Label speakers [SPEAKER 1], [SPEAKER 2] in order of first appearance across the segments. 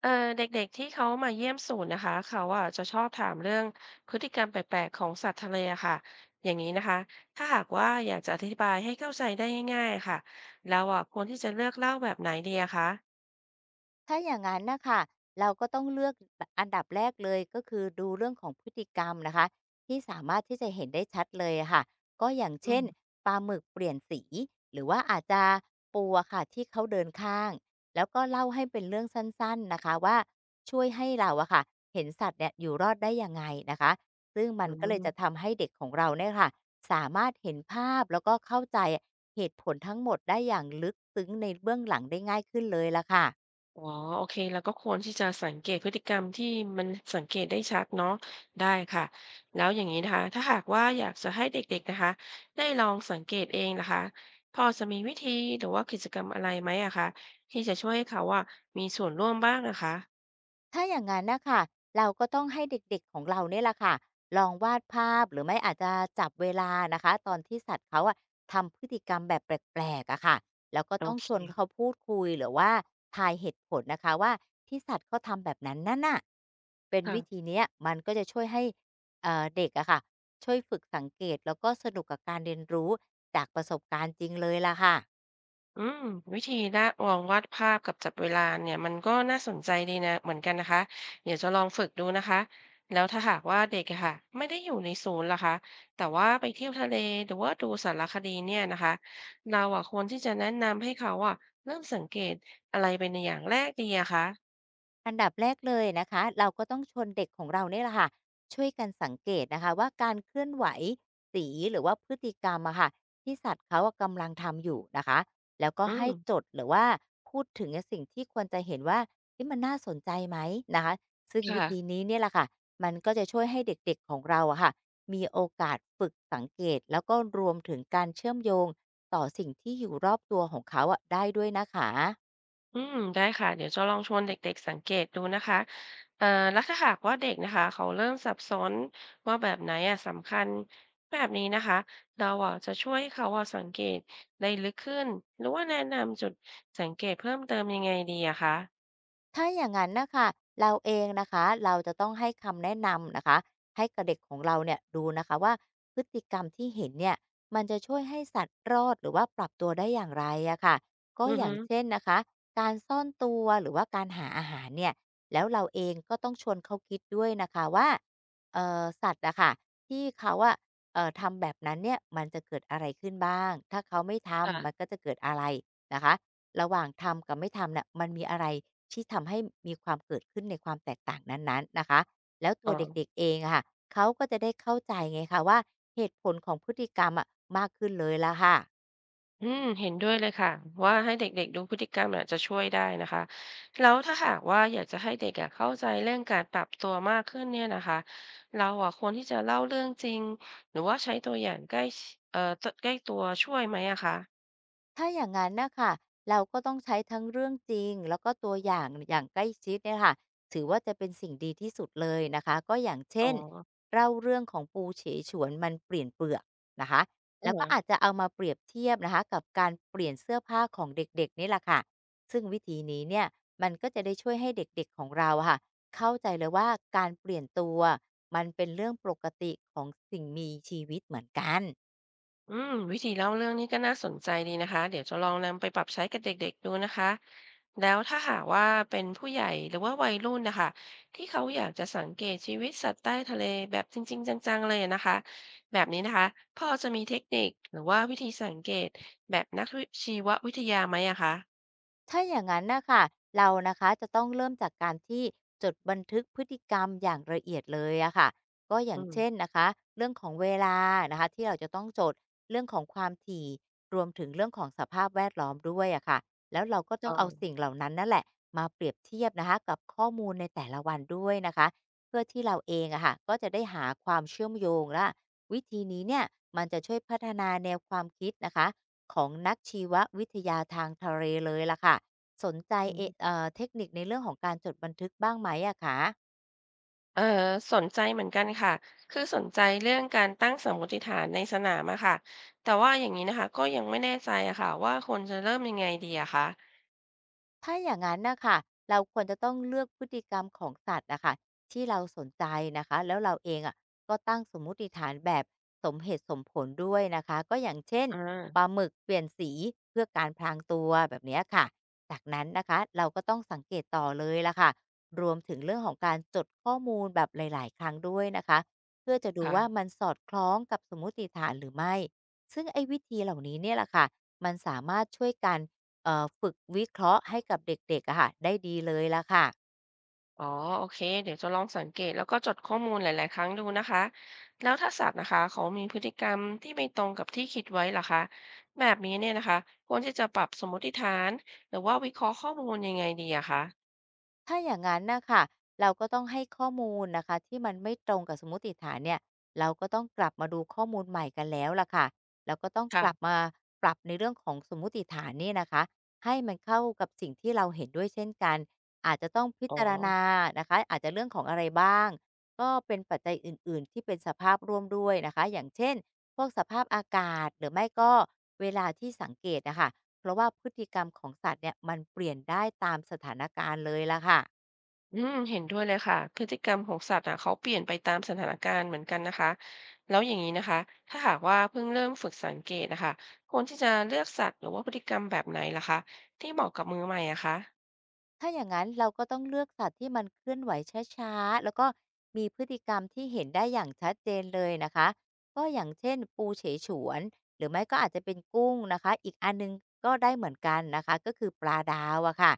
[SPEAKER 1] เออเด็กๆที่เขามาเยี่ยมศูนย์นะคะเขาอ่ะจะชอบถามเรื่องพฤติกรรมแปลกๆของสัตว์ทะเลอะค่ะอย่างนี้นะคะถ้าหากว่าอยากจะอธิบายให้เข้าใจได้ง่ายๆค่ะแล้วอ่ะควรที่จะเลือกเล่าแบบไหนดีอะคะ
[SPEAKER 2] ถ้าอย่างนั้นนะค่ะเราก็ต้องเลือกอันดับแรกเลยก็คือดูเรื่องของพฤติกรรมนะคะที่สามารถที่จะเห็นได้ชัดเลยอะค่ะก็อย่าง
[SPEAKER 1] อื
[SPEAKER 2] เช่น
[SPEAKER 1] ม
[SPEAKER 2] ปลาหมึกเปลี่ยนสีหรือว่าอาจจะปูอะค่ะที่เขาเดินข้างแล้วก็เล่าให้เป็นเรื่องสั้นๆนะคะว่าช่วยให้เราอะค่ะเห็นสัตว์เนี่ยอยู่รอดได้ยังไงนะคะซึ่งมั
[SPEAKER 1] อื
[SPEAKER 2] นก็เลยจะ
[SPEAKER 1] ม
[SPEAKER 2] ทำให้เด็กของเราเนี่ยค่ะสามารถเห็นภาพแล้วก็เข้าใจเหตุผลทั้งหมดได้อย่างลึกซึ้งในเบื้องหลังได้ง่ายขึ้นเลยล่ะค่ะ
[SPEAKER 1] อ๋อโอเคเราก็ควรที่จะสังเกตพฤติกรรมที่มันสังเกตได้ชัดเนาะได้ค่ะแล้วอย่างนี้นะคะถ้าหากว่าอยากจะให้เด็กๆนะคะได้ลองสังเกตเองนะคะพอจะมีวิธีหรือว่ากิจกรรมอะไรไหมอะคะที่จะช่วยให้เขาอะมีส่วนร่วมบ้างนะคะ
[SPEAKER 2] ถ้าอย่างนั้นนะค่ะเราก็ต้องให้เด็กๆของเราเนี่ยแหละค่ะลองวาดภาพหรือไม่อาจจะจับเวลานะคะตอนที่สัตว์เขาอะทำพฤติกรรมแบบแปลกๆอะค่ะแล้วก็
[SPEAKER 1] โอ
[SPEAKER 2] ต้อง
[SPEAKER 1] เค
[SPEAKER 2] ชวนเขาพูดคุยหรือว่าทายเหตุผลนะคะว่าที่สัตว์เขาทำแบบนั้นนั่นน่ะเป็นวิ
[SPEAKER 1] ค่ะ
[SPEAKER 2] ธีเนี้ยมันก็จะช่วยให้เด็กอะค่ะช่วยฝึกสังเกตแล้วก็สนุกกับการเรียนรู้จากประสบการณ์จริงเลยล่ะค่ะ
[SPEAKER 1] อืมวิธีละลองวาดภาพกับจับเวลาเนี่ยมันก็น่าสนใจดีนะเหมือนกันนะคะเดี๋ยวจะลองฝึกดูนะคะแล้วถ้าหากว่าเด็กอะค่ะไม่ได้อยู่ในศูนย์ล่ะคะแต่ว่าไปเที่ยวทะเลหรือว่าดูสารคดีเนี่ยนะคะเราอะควรที่จะแนะนำให้เขาอะเริ่มสังเกตอะไรเป็นอย่างแรกดีอะคะ
[SPEAKER 2] อันดับแรกเลยนะคะเราก็ต้องชวนเด็กของเราเนี่ยแหละค่ะช่วยกันสังเกตนะคะว่าการเคลื่อนไหวสีหรือว่าพฤติกรรมอะค่ะที่สัตว์เขากำลังทำอยู่นะคะแล้วก็
[SPEAKER 1] อื
[SPEAKER 2] ให้จ
[SPEAKER 1] ม
[SPEAKER 2] ดหรือว่าพูดถึงสิ่งที่ควรจะเห็นว่าที่มันน่าสนใจไหมนะคะซึ่งวิ
[SPEAKER 1] ค่ะ
[SPEAKER 2] ธีนี้เนี่ยแหละค่ะมันก็จะช่วยให้เด็กๆของเราอะค่ะมีโอกาสฝึกสังเกตแล้วก็รวมถึงการเชื่อมโยงต่อสิ่งที่อยู่รอบตัวของเขาอะได้ด้วยนะคะ
[SPEAKER 1] อืมได้ค่ะเดี๋ยวจะลองชวนเด็กๆสังเกตดูนะคะเอ่อแล้วถ้าหากว่าเด็กนะคะเขาเริ่มสับสนว่าแบบไหนอ่ะสำคัญแบบนี้นะคะเราอ่ะจะช่วยให้เขาอ่ะสังเกตได้ลึกขึ้นหรือว่าแนะนำจุดสังเกตเพิ่มเติมยังไงดีอะคะ
[SPEAKER 2] ถ้าอย่างนั้นนะคะเราเองนะคะเราจะต้องให้คำแนะนำนะคะให้กับเด็กของเราเนี่ยดูนะคะว่าพฤติกรรมที่เห็นเนี่ยมันจะช่วยให้สัตว์รอดหรือว่าปรับตัวได้อย่างไรอะค่ะก็
[SPEAKER 1] อือ
[SPEAKER 2] อ
[SPEAKER 1] ฮึ
[SPEAKER 2] ย่างเช่นนะคะการซ่อนตัวหรือว่าการหาอาหารเนี่ยแล้วเราเองก็ต้องชวนเขาคิดด้วยนะคะว่าสัตว์อะค่ะที่เขาอะทำแบบนั้นเนี่ยมันจะเกิดอะไรขึ้นบ้างถ้าเขาไม่
[SPEAKER 1] ค่ะ
[SPEAKER 2] ทำมันก็จะเกิดอะไรนะคะ ระหว่างทำกับไม่ทำน่ะมันมีอะไรที่ทำให้มีความเกิดขึ้นในความแตกต่างนั้นๆนะคะแล้วตั
[SPEAKER 1] อ๋อ
[SPEAKER 2] วเด็กๆเองอะค่ะเขาก็จะได้เข้าใจไงคะว่าเหตุผลของพฤติกรรมอะมากขึ้นเลยล่ะค่ะ
[SPEAKER 1] อืมเห็นด้วยเลยค่ะว่าให้เด็กๆดูพฤติกรรมน่ะจะช่วยได้นะคะแล้วถ้าหากว่าอยากจะให้เด็กอะเข้าใจเรื่องการปรับตัวมากขึ้นเนี่ยนะคะเราอะควรที่จะเล่าเรื่องจริงหรือว่าใช้ตัวอย่างใกล้ชิตใกล้ตัวช่วยไหมอะคะ
[SPEAKER 2] ถ้าอย่างนั้นนะคะเราก็ต้องใช้ทั้งเรื่องจริงแล้วก็ตัวอย่างอย่างใกล้ชิดเนี่ยค่ะถือว่าจะเป็นสิ่งดีที่สุดเลยนะคะก็อย่าง
[SPEAKER 1] อ๋อ
[SPEAKER 2] เช่นเล่าเรื่องของปูเฉฉวนมันเปลี่ยนเปลือกนะคะ
[SPEAKER 1] เออ
[SPEAKER 2] แล้วก็อาจจะเอามาเปรียบเทียบนะคะกับการเปลี่ยนเสื้อผ้าของเด็กๆนี่แหละค่ะซึ่งวิธีนี้เนี่ยมันก็จะได้ช่วยให้เด็กๆของเราอะค่ะเข้าใจเลยว่าการเปลี่ยนตัวมันเป็นเรื่องปกติของสิ่งมีชีวิตเหมือนกัน
[SPEAKER 1] อืมวิธีเล่าเรื่องนี้ก็น่าสนใจดีนะคะเดี๋ยวจะลองนำไปปรับใช้กับเด็กๆดูนะคะ แล้วถ้าหากว่าเป็นผู้ใหญ่หรือว่าวัยรุ่นนะคะที่เขาอยากจะสังเกตชีวิตสัตว์ใต้ทะเลแบบจริงๆจังๆเลยนะคะแบบนี้นะคะพ่อจะมีเทคนิคหรือว่าวิธีสังเกตแบบนักชีววิทยาไหมอะคะ
[SPEAKER 2] ถ้าอย่างนั้นนะค่ะเรานะคะจะต้องเริ่มจากการที่จดบันทึกพฤติกรรมอย่างละเอียดเลยอะค่ะก็อ
[SPEAKER 1] อื
[SPEAKER 2] ย่างเช่น
[SPEAKER 1] ม
[SPEAKER 2] นะคะเรื่องของเวลานะคะที่เราจะต้องจดเรื่องของความถี่รวมถึงเรื่องของสภาพแวดล้อมด้วยอะค่ะแล้วเราก็ต้
[SPEAKER 1] อ๋อ
[SPEAKER 2] องเอาสิ่งเหล่านั้นนั่นแหละมาเปรียบเทียบนะคะกับข้อมูลในแต่ละวันด้วยนะคะเพื่อที่เราเองอะค่ะก็จะได้หาความเชื่อมโยงและวิธีนี้เนี่ยมันจะช่วยพัฒนาแนวความคิดนะคะ ของนักชีววิทยาทางทะเลเลยล่ะค่ะสนใจ
[SPEAKER 1] อื
[SPEAKER 2] เอ
[SPEAKER 1] ม
[SPEAKER 2] เอ่อเทคนิคในเรื่องของการจดบันทึกบ้างไหมอะคะ
[SPEAKER 1] เออสนใจเหมือนกันค่ะคือสนใจเรื่องการตั้งสมมติฐานในสนามอะค่ะแต่ว่าอย่างนี้นะคะก็ยังไม่แน่ใจอะค่ะว่าคนจะเริ่มยังไงดีอะคะ
[SPEAKER 2] ถ้าอย่างนั้นนะค่ะเราควรจะต้องเลือกพฤติกรรมของสัตว์นะคะที่เราสนใจนะคะแล้วเราเองอะก็ตั้งสมมุติฐานแบบสมเหตุสมผลด้วยนะคะก็อย่างเช่น
[SPEAKER 1] อ่
[SPEAKER 2] ปลา
[SPEAKER 1] า
[SPEAKER 2] หมึกเปลี่ยนสีเพื่อการพรางตัวแบบเนี้ยค่ะ จากนั้นนะคะเราก็ต้องสังเกตต่อเลยล่ะค่ะ รวมถึงเรื่องของการจดข้อมูลแบบหลายๆครั้งด้วยนะคะ เพื่อจะดูว่า
[SPEAKER 1] ค่ะ
[SPEAKER 2] มันสอดคล้องกับสมมุติฐานหรือไม่ซึ่งไอ้วิธีเหล่านี้เนี่ยแหละค่ะมันสามารถช่วยกัน ฝึกวิเคราะห์ให้กับเด็กๆอะค่ะได้ดีเลยละค่ะ
[SPEAKER 1] อ๋อโอเคเดี๋ยวจะลองสังเกตแล้วก็จดข้อมูลหลายๆครั้งดูนะคะแล้วถ้าสัตว์นะคะเขามีพฤติกรรมที่ไม่ตรงกับที่คิดไว้ล่ะคะแบบนี้เนี่ยนะคะควรที่จะปรับสมมติฐานหรือว่าวิเคราะห์ข้อมูลยังไงดีอะคะ
[SPEAKER 2] ถ้าอย่างนั้นนะค่ะเราก็ต้องให้ข้อมูลนะคะที่มันไม่ตรงกับสมมุติฐานเนี่ยเราก็ต้องกลับมาดูข้อมูลใหม่กันแล้วล่ะค่ะเราก็ต้องกลับ
[SPEAKER 1] ค่ะ
[SPEAKER 2] มาปรับในเรื่องของสมมุติฐานนี่นะคะให้มันเข้ากับสิ่งที่เราเห็นด้วยเช่นกันอาจจะต้องพิ
[SPEAKER 1] อ๋อ
[SPEAKER 2] จารณานะคะอาจจะเรื่องของอะไรบ้างก็เป็นปัจจัยอื่นๆที่เป็นสภาพร่วมด้วยนะคะอย่างเช่นพวกสภาพอากาศหรือไม่ก็เวลาที่สังเกตนะคะ เพราะว่าพฤติกรรมของสัตว์เนี่ยมันเปลี่ยนได้ตามสถานการณ์เลยล่ะค่ะ
[SPEAKER 1] อืมเห็นด้วยเลยค่ะพฤติกรรมของสัตว์อะเขาเปลี่ยนไปตามสถานการณ์เหมือนกันนะคะแล้วอย่างนี้นะคะถ้าหากว่าเพิ่งเริ่มฝึกสังเกตนะคะควรที่จะเลือกสัตว์หรือว่าพฤติกรรมแบบไหนล่ะคะที่เหมาะกับมือใหม่อะคะ
[SPEAKER 2] ถ้าอย่างนั้นเราก็ต้องเลือกสัตว์ที่มันเคลื่อนไหวช้าๆแล้วก็มีพฤติกรรมที่เห็นได้อย่างชัดเจนเลยนะคะก็อย่างเช่นปูเฉฉวนหรือไม่ก็อาจจะเป็นกุ้งนะคะอีกอันหนึ่งก็ได้เหมือนกันนะคะก็คือปลาดาวอะค่ะ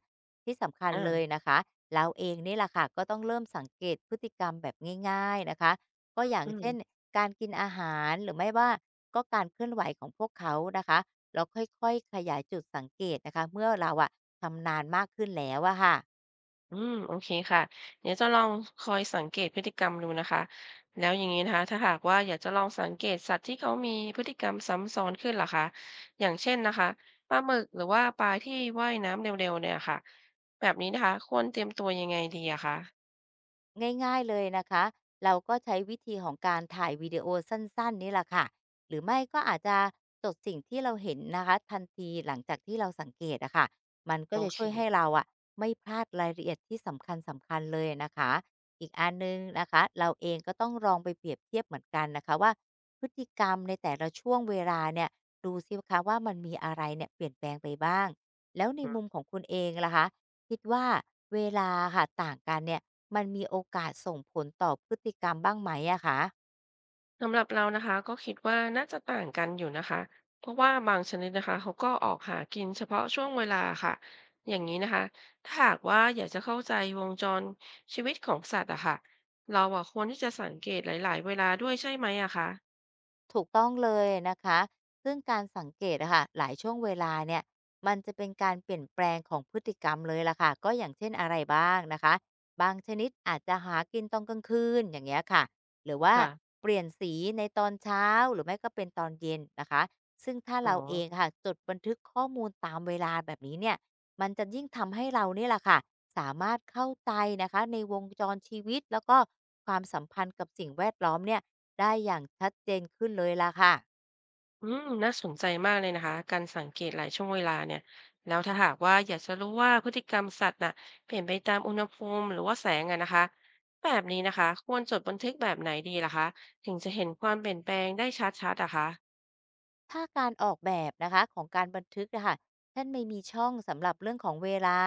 [SPEAKER 2] ที่สำคัญ
[SPEAKER 1] อ่า
[SPEAKER 2] เลยนะคะเราเองนี่แหละค่ะก็ต้องเริ่มสังเกตพฤติกรรมแบบง่ายๆนะคะก็อย่า
[SPEAKER 1] อื
[SPEAKER 2] ง
[SPEAKER 1] ม
[SPEAKER 2] เช่นการกินอาหารหรือไม่ว่าก็การเคลื่อนไหวของพวกเขานะคะแล้วค่อยๆขยายจุดสังเกตนะคะเมื่อเราอะ ชำนาญมากขึ้นแล้วอะค่ะ
[SPEAKER 1] อืมโอเคค่ะเดี๋ยวจะลองคอยสังเกตพฤติกรรมดูนะคะแล้วอย่างนี้นะคะถ้าหากว่าอยากจะลองสังเกตสัตว์ที่เขามีพฤติกรรมซ้ำซ้อนขึ้นล่ะคะอย่างเช่นนะคะปลาหมึกหรือว่าปลาที่ว่ายน้ำเร็วๆเนี่ยค่ะแบบนี้นะคะควรเตรียมตัวยังไงดีอะคะ
[SPEAKER 2] ง่ายๆเลยนะคะเราก็ใช้วิธีของการถ่ายวิดีโอสั้นๆนี่แหละค่ะหรือไม่ก็อาจจะจดสิ่งที่เราเห็นนะคะทันทีหลังจากที่เราสังเกตอะค่ะมันก็
[SPEAKER 1] โอ
[SPEAKER 2] จะ
[SPEAKER 1] เค
[SPEAKER 2] ช่วยให้เราอะไม่พลาดรายละเอียดที่สำคัญสำคัญเลยนะคะอีกอันหนึ่งนะคะเราเองก็ต้องลองไปเปรียบเทียบเหมือนกันนะคะว่าพฤติกรรมในแต่ละช่วงเวลาเนี่ยดูสิคะว่ามันมีอะไรเนี่ยเปลี่ยนแปลงไปบ้างแล้วในมุมของคุณเองล่ะคะ คิดว่าเวลาค่ะต่างกันเนี่ยมันมีโอกาสส่งผลต่อพฤติกรรมบ้างไหมอะคะ
[SPEAKER 1] สำหรับเรานะคะก็คิดว่าน่าจะต่างกันอยู่นะคะเพราะว่าบางชนิดนะคะเขาก็ออกหากินเฉพาะช่วงเวลาค่ะอย่างนี้นะคะถ้าหากว่าอยากจะเข้าใจวงจรชีวิตของสัตว์อะค่ะเราอะควรที่จะสังเกตหลายๆเวลาด้วยใช่ไหมอะคะ
[SPEAKER 2] ถูกต้องเลยนะคะ ซึ่งการสังเกตอะค่ะหลายช่วงเวลาเนี่ยมันจะเป็นการเปลี่ยนแปลงของพฤติกรรมเลยล่ะค่ะก็อย่างเช่นอะไรบ้างนะคะบางชนิดอาจจะหากินตอนกลางคืนอย่างเงี้ยค่ะหรือว่า
[SPEAKER 1] ค่ะ
[SPEAKER 2] เปลี่ยนสีในตอนเช้าหรือไม่ก็เป็นตอนเย็นนะคะซึ่งถ้า
[SPEAKER 1] อ๋อ
[SPEAKER 2] เราเองค่ะจดบันทึกข้อมูลตามเวลาแบบนี้เนี่ยมันจะยิ่งทำให้เรานี่แหละค่ะสามารถเข้าใจนะคะในวงจรชีวิตแล้วก็ความสัมพันธ์กับสิ่งแวดล้อมเนี่ย ได้อย่างชัดเจนขึ้นเลยล่ะค่ะ
[SPEAKER 1] อืมน่าสนใจมากเลยนะคะการสังเกตหลายช่วงเวลาเนี่ยแล้วถ้าหากว่าอยากจะรู้ว่าพฤติกรรมสัตว์น่ะเปลี่ยนไปตามอุณหภูมิหรือว่าแสงอะนะคะแบบนี้นะคะควรจดบันทึกแบบไหนดีล่ะคะถึงจะเห็นความเปลี่ยนแปลงได้ชัดๆอะคะ
[SPEAKER 2] ถ้าการออกแบบนะคะของการบันทึกนะคะท่านไม่มีช่องสำหรับเรื่องของเวลา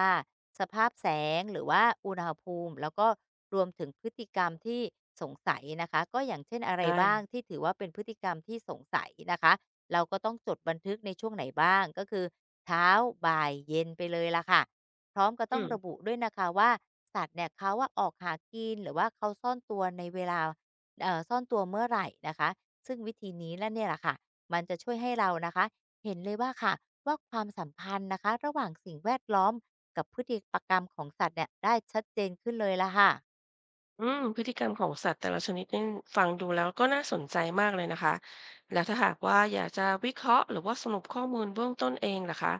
[SPEAKER 2] สภาพแสงหรือว่าอุณหภูมิแล้วก็รวมถึงพฤติกรรมที่สงสัยนะคะก็อย่างเช่นอะไร
[SPEAKER 1] ได้
[SPEAKER 2] บ้างที่ถือว่าเป็นพฤติกรรมที่สงสัยนะคะเราก็ต้องจดบันทึกในช่วงไหนบ้างก็คือเช้าบ่ายเย็นไปเลยละค่ะพร้อมก็
[SPEAKER 1] อื
[SPEAKER 2] ต้อง
[SPEAKER 1] ม
[SPEAKER 2] ระบุด้วยนะคะว่าสัตว์เนี่ยเขาว่าออกหากินหรือว่าเขาซ่อนตัวในเวลาซ่อนตัวเมื่อไหร่นะคะซึ่งวิธีนี้และเนี่ยแหละค่ะ มันจะช่วยให้เรานะคะเห็นเลยว่าค่ะว่าความสัมพันธ์นะคะระหว่างสิ่งแวดล้อมกับพฤติกรรมของสัตว์เนี่ยได้ชัดเจนขึ้นเลยละค่ะ
[SPEAKER 1] อืมพฤติกรรมของสัตว์แต่ละชนิดนี่ฟังดูแล้วก็น่าสนใจมากเลยนะคะแล้วถ้าหากว่าอยากจะวิเคราะห์หรือว่าสรุปข้อมูลเบื้องต้นเองล่ะคะ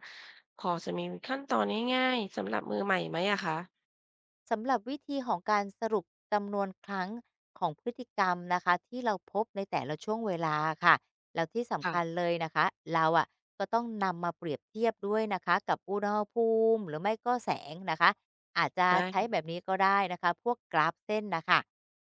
[SPEAKER 1] พอจะมีขั้นตอนง่ายๆสำหรับมือใหม่ไหมอะคะ
[SPEAKER 2] สำหรับวิธีของการสรุปจำนวนครั้งของพฤติกรรมนะคะที่เราพบในแต่ละช่วงเวลาค่ะแล้วที่สำ
[SPEAKER 1] ค่ะ
[SPEAKER 2] คัญเลยนะคะเราอะก็ต้องนำมาเปรียบเทียบด้วยนะคะกับอุณหภูมิหรือไม่ก็แสงนะคะอาจจะใช้
[SPEAKER 1] ได้
[SPEAKER 2] แบบนี้ก็ได้นะคะพวกกราฟเส้นนะคะ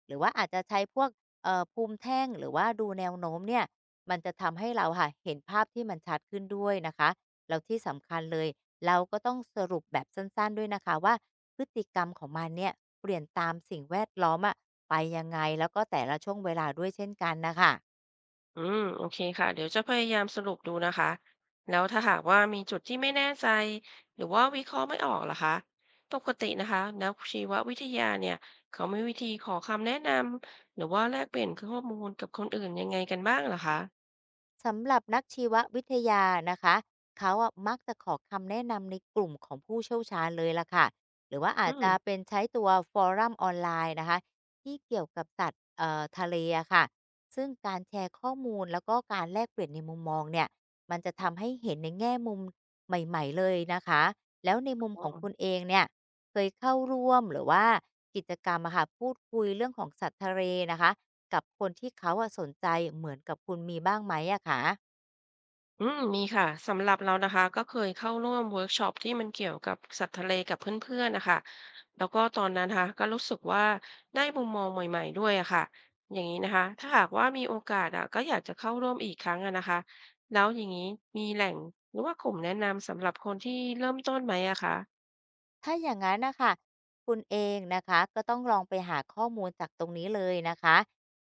[SPEAKER 2] หรือว่าอาจจะใช้พวกภูมิแท่งหรือว่าดูแนวโน้มเนี่ยมันจะทำให้เราค่ะเห็นภาพที่มันชัดขึ้นด้วยนะคะแล้วที่สำคัญเลยเราก็ต้องสรุปแบบสั้นๆด้วยนะคะว่า พฤติกรรมของมันเนี่ยเปลี่ยนตามสิ่งแวดล้อมอะไปยังไงแล้วก็แต่ละช่วงเวลาด้วยเช่นกันนะคะ
[SPEAKER 1] อืมโอเคค่ะเดี๋ยวจะพยายามสรุปดูนะคะแล้วถ้าหากว่ามีจุดที่ไม่แน่ใจหรือว่าวิเคราะห์ไม่ออกล่ะคะปกตินะคะนักชีววิทยาเนี่ยเขามีวิธีขอคำแนะนำหรือว่าแลกเปลี่ยนข้อมูลกับคนอื่นยังไงกันบ้างล่ะคะ
[SPEAKER 2] สำหรับนักชีววิทยานะคะเขาอะมักจะขอคำแนะนำในกลุ่มของผู้เชี่ยวชาญเลยล่ะค่ะหรือว่า
[SPEAKER 1] อื
[SPEAKER 2] อาจ
[SPEAKER 1] ม
[SPEAKER 2] จะเป็นใช้ตัวฟอรัมออนไลน์นะคะที่เกี่ยวกับสัตว์ทะเลอะค่ะซึ่งการแชร์ข้อมูลแล้วก็การแลกเปลี่ยนในมุมมองเนี่ยมันจะทำให้เห็นในแง่มุมใหม่ๆเลยนะคะแล้วในมุม
[SPEAKER 1] อ๋
[SPEAKER 2] ของ
[SPEAKER 1] อ
[SPEAKER 2] คุณเองเนี่ยเคยเข้าร่วมหรือว่ากิจกรรมอะค่ะพูดคุยเรื่องของสัตว์ทะเลนะคะ กับคนที่เขาอะสนใจเหมือนกับคุณมีบ้างไหมอะคะ
[SPEAKER 1] อืมมีค่ะสำหรับเรานะคะก็เคยเข้าร่วมเวิร์กช็อปที่มันเกี่ยวกับสัตว์ทะเลกับเพื่อนๆนะคะแล้วก็ตอนนั้นนะคะก็รู้สึกว่าได้มุมมองใหม่ๆด้วยอะค่ะอย่างนี้นะคะถ้าหากว่ามีโอกาสอะก็อยากจะเข้าร่วมอีกครั้งอะนะคะแล้วอย่างนี้มีแหล่งหรือว่ากลุ่มแนะนำสำหรับคนที่เริ่มต้นไหมอะคะ
[SPEAKER 2] ถ้าอย่างนั้นนะค่ะคุณเองนะคะก็ต้องลองไปหาข้อมูลจากตรงนี้เลยนะคะ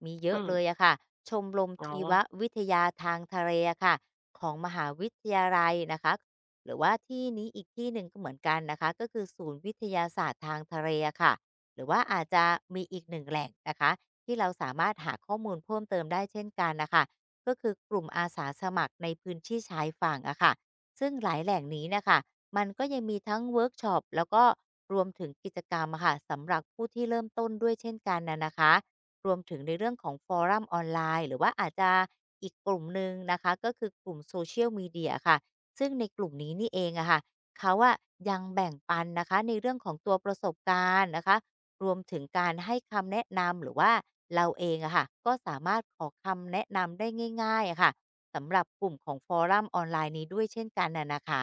[SPEAKER 2] มีเย
[SPEAKER 1] อื
[SPEAKER 2] อะ
[SPEAKER 1] ม
[SPEAKER 2] เลยอะค่ะชมรม
[SPEAKER 1] อ๋อ
[SPEAKER 2] ชีววิทยาทางทะเลอะค่ะของมหาวิทยาลัยนะคะหรือว่าที่นี้อีกที่หนึ่งก็เหมือนกันนะคะก็คือศูนย์วิทยาศาสตร์ทางทะเลอะค่ะหรือว่าอาจจะมีอีกหนึ่งแหล่งนะคะที่เราสามารถหาข้อมูลเพิ่มเติมได้เช่นกันนะคะก็คือกลุ่มอาสาสมัครในพื้นที่ชายฝั่งอะค่ะ ซึ่งหลายแหล่งนี้เนะคะ มันก็ยังมีทั้งเวิร์กช็อปแล้วก็รวมถึงกิจกรรมอะค่ะสำหรับผู้ที่เริ่มต้นด้วยเช่นกันนะนะคะ รวมถึงในเรื่องของฟอรัมออนไลน์หรือว่าอาจจะอีกกลุ่มหนึ่งนะคะก็คือกลุ่มโซเชี i ลม Media ค่ะ ซึ่งในกลุ่มนี้นี่เองอะค่ะเขาอะยังแบ่งปันนะคะในเรื่องของตัวประสบการณ์นะคะ รวมถึงการให้คำแนะนำหรือว่าเราเองอะค่ะก็สามารถขอคำแนะนำได้ง่ายๆอะค่ะ สำหรับกลุ่มของฟอรัมออนไลน์นี้ด้วยเช่นกันน่ะนะคะ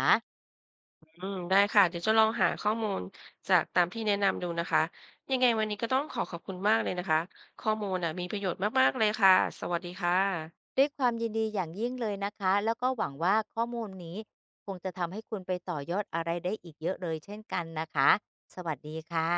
[SPEAKER 1] อืมได้ค่ะเดี๋ยวจะลองหาข้อมูลจากตามที่แนะนำดูนะคะยังไงวันนี้ก็ต้องขอขอบคุณมากเลยนะคะข้อมูลน่ะมีประโยชน์มากๆเลยค่ะสวัสดีค่ะ
[SPEAKER 2] ด้วยความยินดีอย่างยิ่งเลยนะคะแล้วก็หวังว่าข้อมูลนี้คงจะทำให้คุณไปต่อยอดอะไรได้อีกเยอะเลยเช่นกันนะคะสวัสดีค่ะ